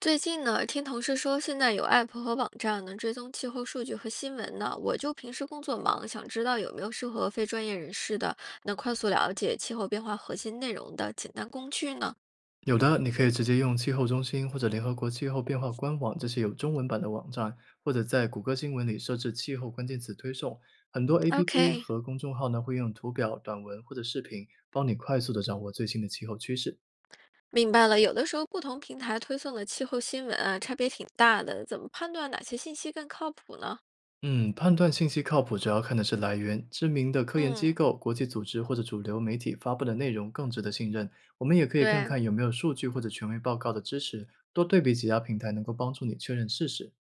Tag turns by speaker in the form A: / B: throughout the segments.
A: 最近呢，听同事说现在有 app 和网站能追踪气候数据和新闻呢。我就平时工作忙，想知道有没有适合非专业人士的，能快速了解气候变化核心内容的简单工具呢
B: 有的，你可以直接用气候中心或者联合国气候变化官网这些有中文版的网站，或者在谷歌新闻里设置气候关键词推送。很多 APP
A: ？OK，
B: 和公众号呢会用图表、短文或者视频帮你快速的掌握最新的气候趋势。
A: 明白了。有的时候不同平台推送的气候新闻啊，差别挺大的，怎么判断哪些信息更靠谱呢？
B: 嗯，判断信息靠谱主要看的是来源，知名的科研机
A: 嗯，
B: 构、国际组织或者主流媒体发布的内容更值得信任。我们也可以看
A: 对。
B: 看有没有数据或者权威报告的支持，多对比几家平台能够帮助你确认事实。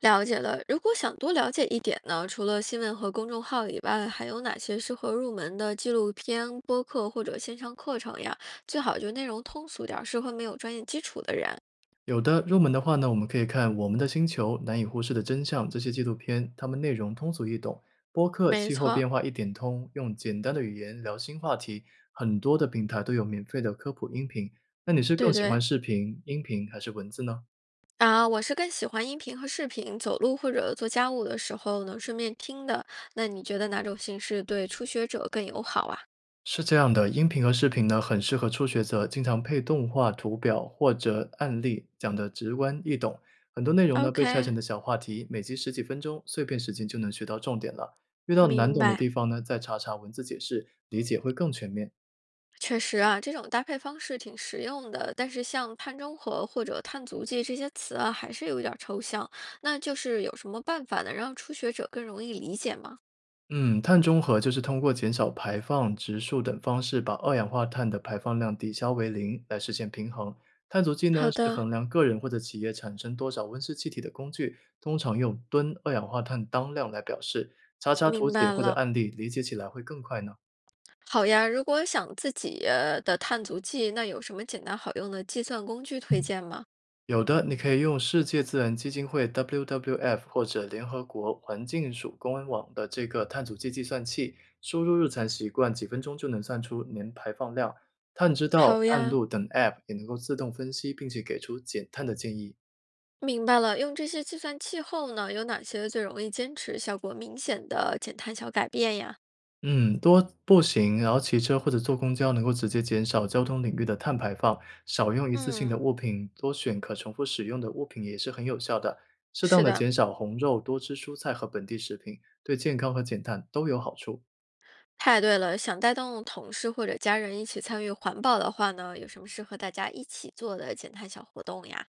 A: 了解了，如果想多了解一点呢，除了新闻和公众号以外，还有哪些适合入门的纪录片、播客或者线上课程呀？最好就内容通俗点儿，适合没有专业基础的人。
B: 有的，入门的话呢，我们可以看《我们的星球》《难以忽视的真相》这些纪录片，它们内容通俗易懂。播客
A: 没
B: 《气候
A: 错，
B: 变化一点通》用简单的语言聊新话题，很多的平台都有免费的科普音频。那你是更
A: 对
B: 喜
A: 对
B: 欢视频、音频还是文字呢？
A: 啊，我是更喜欢音频和视频，走路或者做家务的时候能顺便听的。那你觉得哪种形式对初学者更友好啊
B: 是这样的，音频和视频呢，很适合初学者，经常配动画、图表或者案例，讲得直观易懂。很多内容呢被拆
A: ？OK，
B: 成的小话题，每集十几分钟，碎片时间就能学到重点了。遇到难
A: 明
B: 懂的
A: 白。
B: 地方呢，再查查文字解释，理解会更全面。
A: 确实啊，这种搭配方式挺实用的，但是像碳中和或者碳足迹这些词啊，还是有一点儿抽象。那就是有什么办法能让初学者更容易理解吗？
B: 嗯，碳中和就是通过减少排放、植树等方式，把二氧化碳的排放量抵消为零，来实现平衡。碳足迹呢，
A: 好
B: 是
A: 的，
B: 衡量个人或者企业产生多少温室气体的工具，通常用吨二氧化碳当量来表示。查查图
A: 明
B: 解
A: 白
B: 或者
A: 了。
B: 案例，理解起来会更快呢。
A: 好呀，如果想自己的碳足迹，那有什么简单好用的计算工具推荐吗？
B: 有的，你可以用世界自然基金会 （WWF） 或者联合国环境署官网的这个碳足迹计算器，输入日常习惯，几分钟就能算出年排放量。碳知道、
A: 好
B: 碳
A: 呀，
B: 路等 App 也能够自动分析，并且给出减碳的建议。
A: 明白了。用这些计算器后呢，有哪些最容易坚持、效果明显的减碳小改变呀？
B: 嗯，多步行，然后骑车或者坐公交，能够直接减少交通领域的碳排放。少用一次性
A: 嗯，
B: 的物品，多选可重复使用的物品也是很有效的。适当
A: 是
B: 的
A: 的。
B: 减少红肉，多吃蔬菜和本地食品，对健康和减碳都有好处。
A: 太对了，想带动同事或者家人一起参与环保的话呢，有什么适合大家一起做的减碳小活动呀？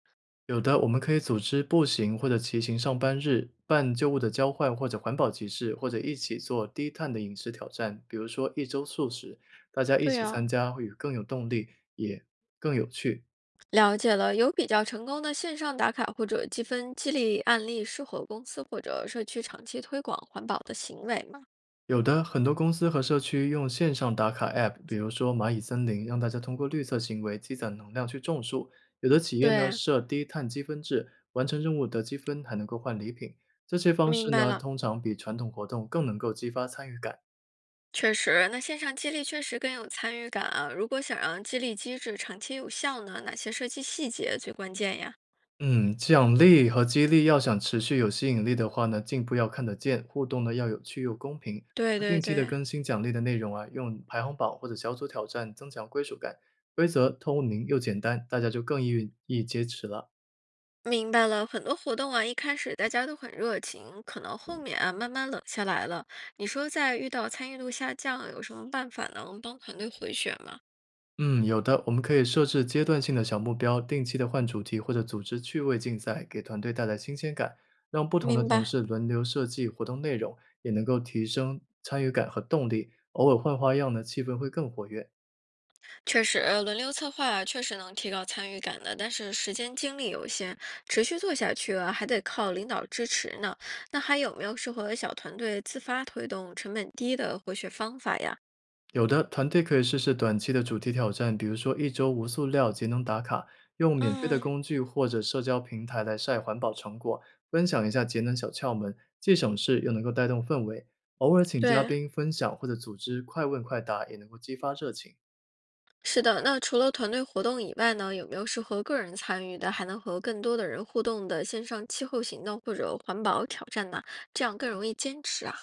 B: 有的，我们可以组织步行或者骑行上班日，办旧物的交换或者环保集市，或者一起做低碳的饮食挑战，比如说一周素食，大家一
A: 对
B: 起
A: 呀，
B: 参加会有更有动力，也更有趣。
A: 了解了，有比较成功的线上打卡或者积分激励案例，适合公司或者社区长期推广环保的行为吗？
B: 有的，很多公司和社区用线上打卡 App,比如说蚂蚁森林，让大家通过绿色行为积攒能量去种树。有的企业呢
A: 对，
B: 设低碳积分制，完成任务得积分还能够换礼品。这些方
A: 明
B: 式
A: 白
B: 呢，
A: 了。
B: 通常比传统活动更能够激发参与感。
A: 确实，那线上激励确实更有参与感啊。如果想让激励机制长期有效呢，哪些设计细节最关键呀？
B: 嗯，奖励和激励要想持续有吸引力的话呢，进步要看得见，互动呢要有趣又公平。
A: 对
B: 那
A: 对
B: 定期的
A: 对，
B: 更新奖励的内容啊，用排行榜或者小组挑战增强归属感，规则透明又简单，大家就更易坚持了。
A: 明白了，很多活动啊，一开始大家都很热情，可能后面啊慢慢冷下来了。你说在遇到参与度下降，有什么办法能帮团队回血吗？
B: 嗯，有的，我们可以设置阶段性的小目标，定期的换主题或者组织趣味竞赛，给团队带来新鲜感，让不同的
A: 明
B: 同
A: 白，
B: 事轮流设计活动内容，也能够提升参与感和动力。偶尔换花样呢，气氛会更活跃。
A: 确实，轮流策划啊确实能提高参与感的，但是时间精力有限，持续做下去啊，还得靠领导支持呢。那还有没有适合小团队自发推动、成本低的回血方法呀？
B: 有的，团队可以试试短期的主题挑战，比如说一周无塑料节能打卡，用免费的
A: 嗯。
B: 工具或者社交平台来晒环保成果，分享一下节能小窍门，既省事又能够带动氛围。偶尔请嘉
A: 对，
B: 宾分享或者组织快问快答，也能够激发热情。
A: 是的，那除了团队活动以外呢，有没有适合个人参与的，还能和更多的人互动的线上气候行动或者环保挑战呢？这样更容易坚持啊。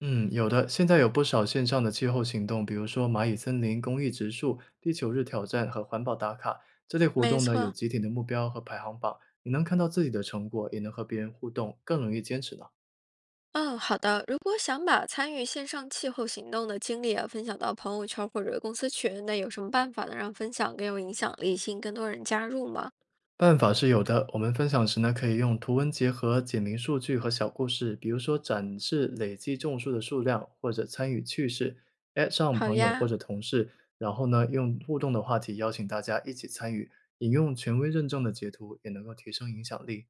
B: 嗯，有的，现在有不少线上的气候行动，比如说蚂蚁森林公益植树、地球日挑战和环保打卡。这类活
A: 没
B: 动呢，有
A: 错，
B: 集体的目标和排行榜，你能看到自己的成果，也能和别人互动，更容易坚持呢。
A: 嗯，好的。如果想把参与线上气候行动的经历啊分享到朋友圈或者公司群，那有什么办法能让分享更有影响力，吸引更多人加入吗？
B: 办法是有的，我们分享时呢，可以用图文结合、简明数据和小故事，比如说展示累计种树的数量，或者参与趣事，at 上
A: 好
B: 朋友或
A: 呀，
B: 者同事，然后呢，用互动的话题邀请大家一起参与，引用权威认证的截图，也能够提升影响力。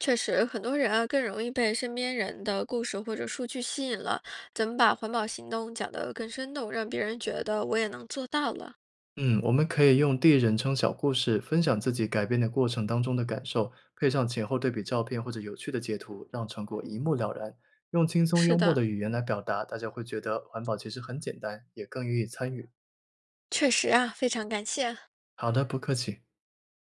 A: 确实很多人啊更容易被身边人的故事或者数据吸引了。怎么把环保行动讲得更生动，让别人觉得我也能做到了？
B: 嗯，我们可以用第一人称小故事分享自己改变的过程当中的感受，配上前后对比照片或者有趣的截图，让成果一目了然。用轻松
A: 是
B: 幽默的
A: 的，
B: 语言来表达，大家会觉得环保其实很简单，也更愿意参与。
A: 确实啊，非常感谢。
B: 好的，不客气。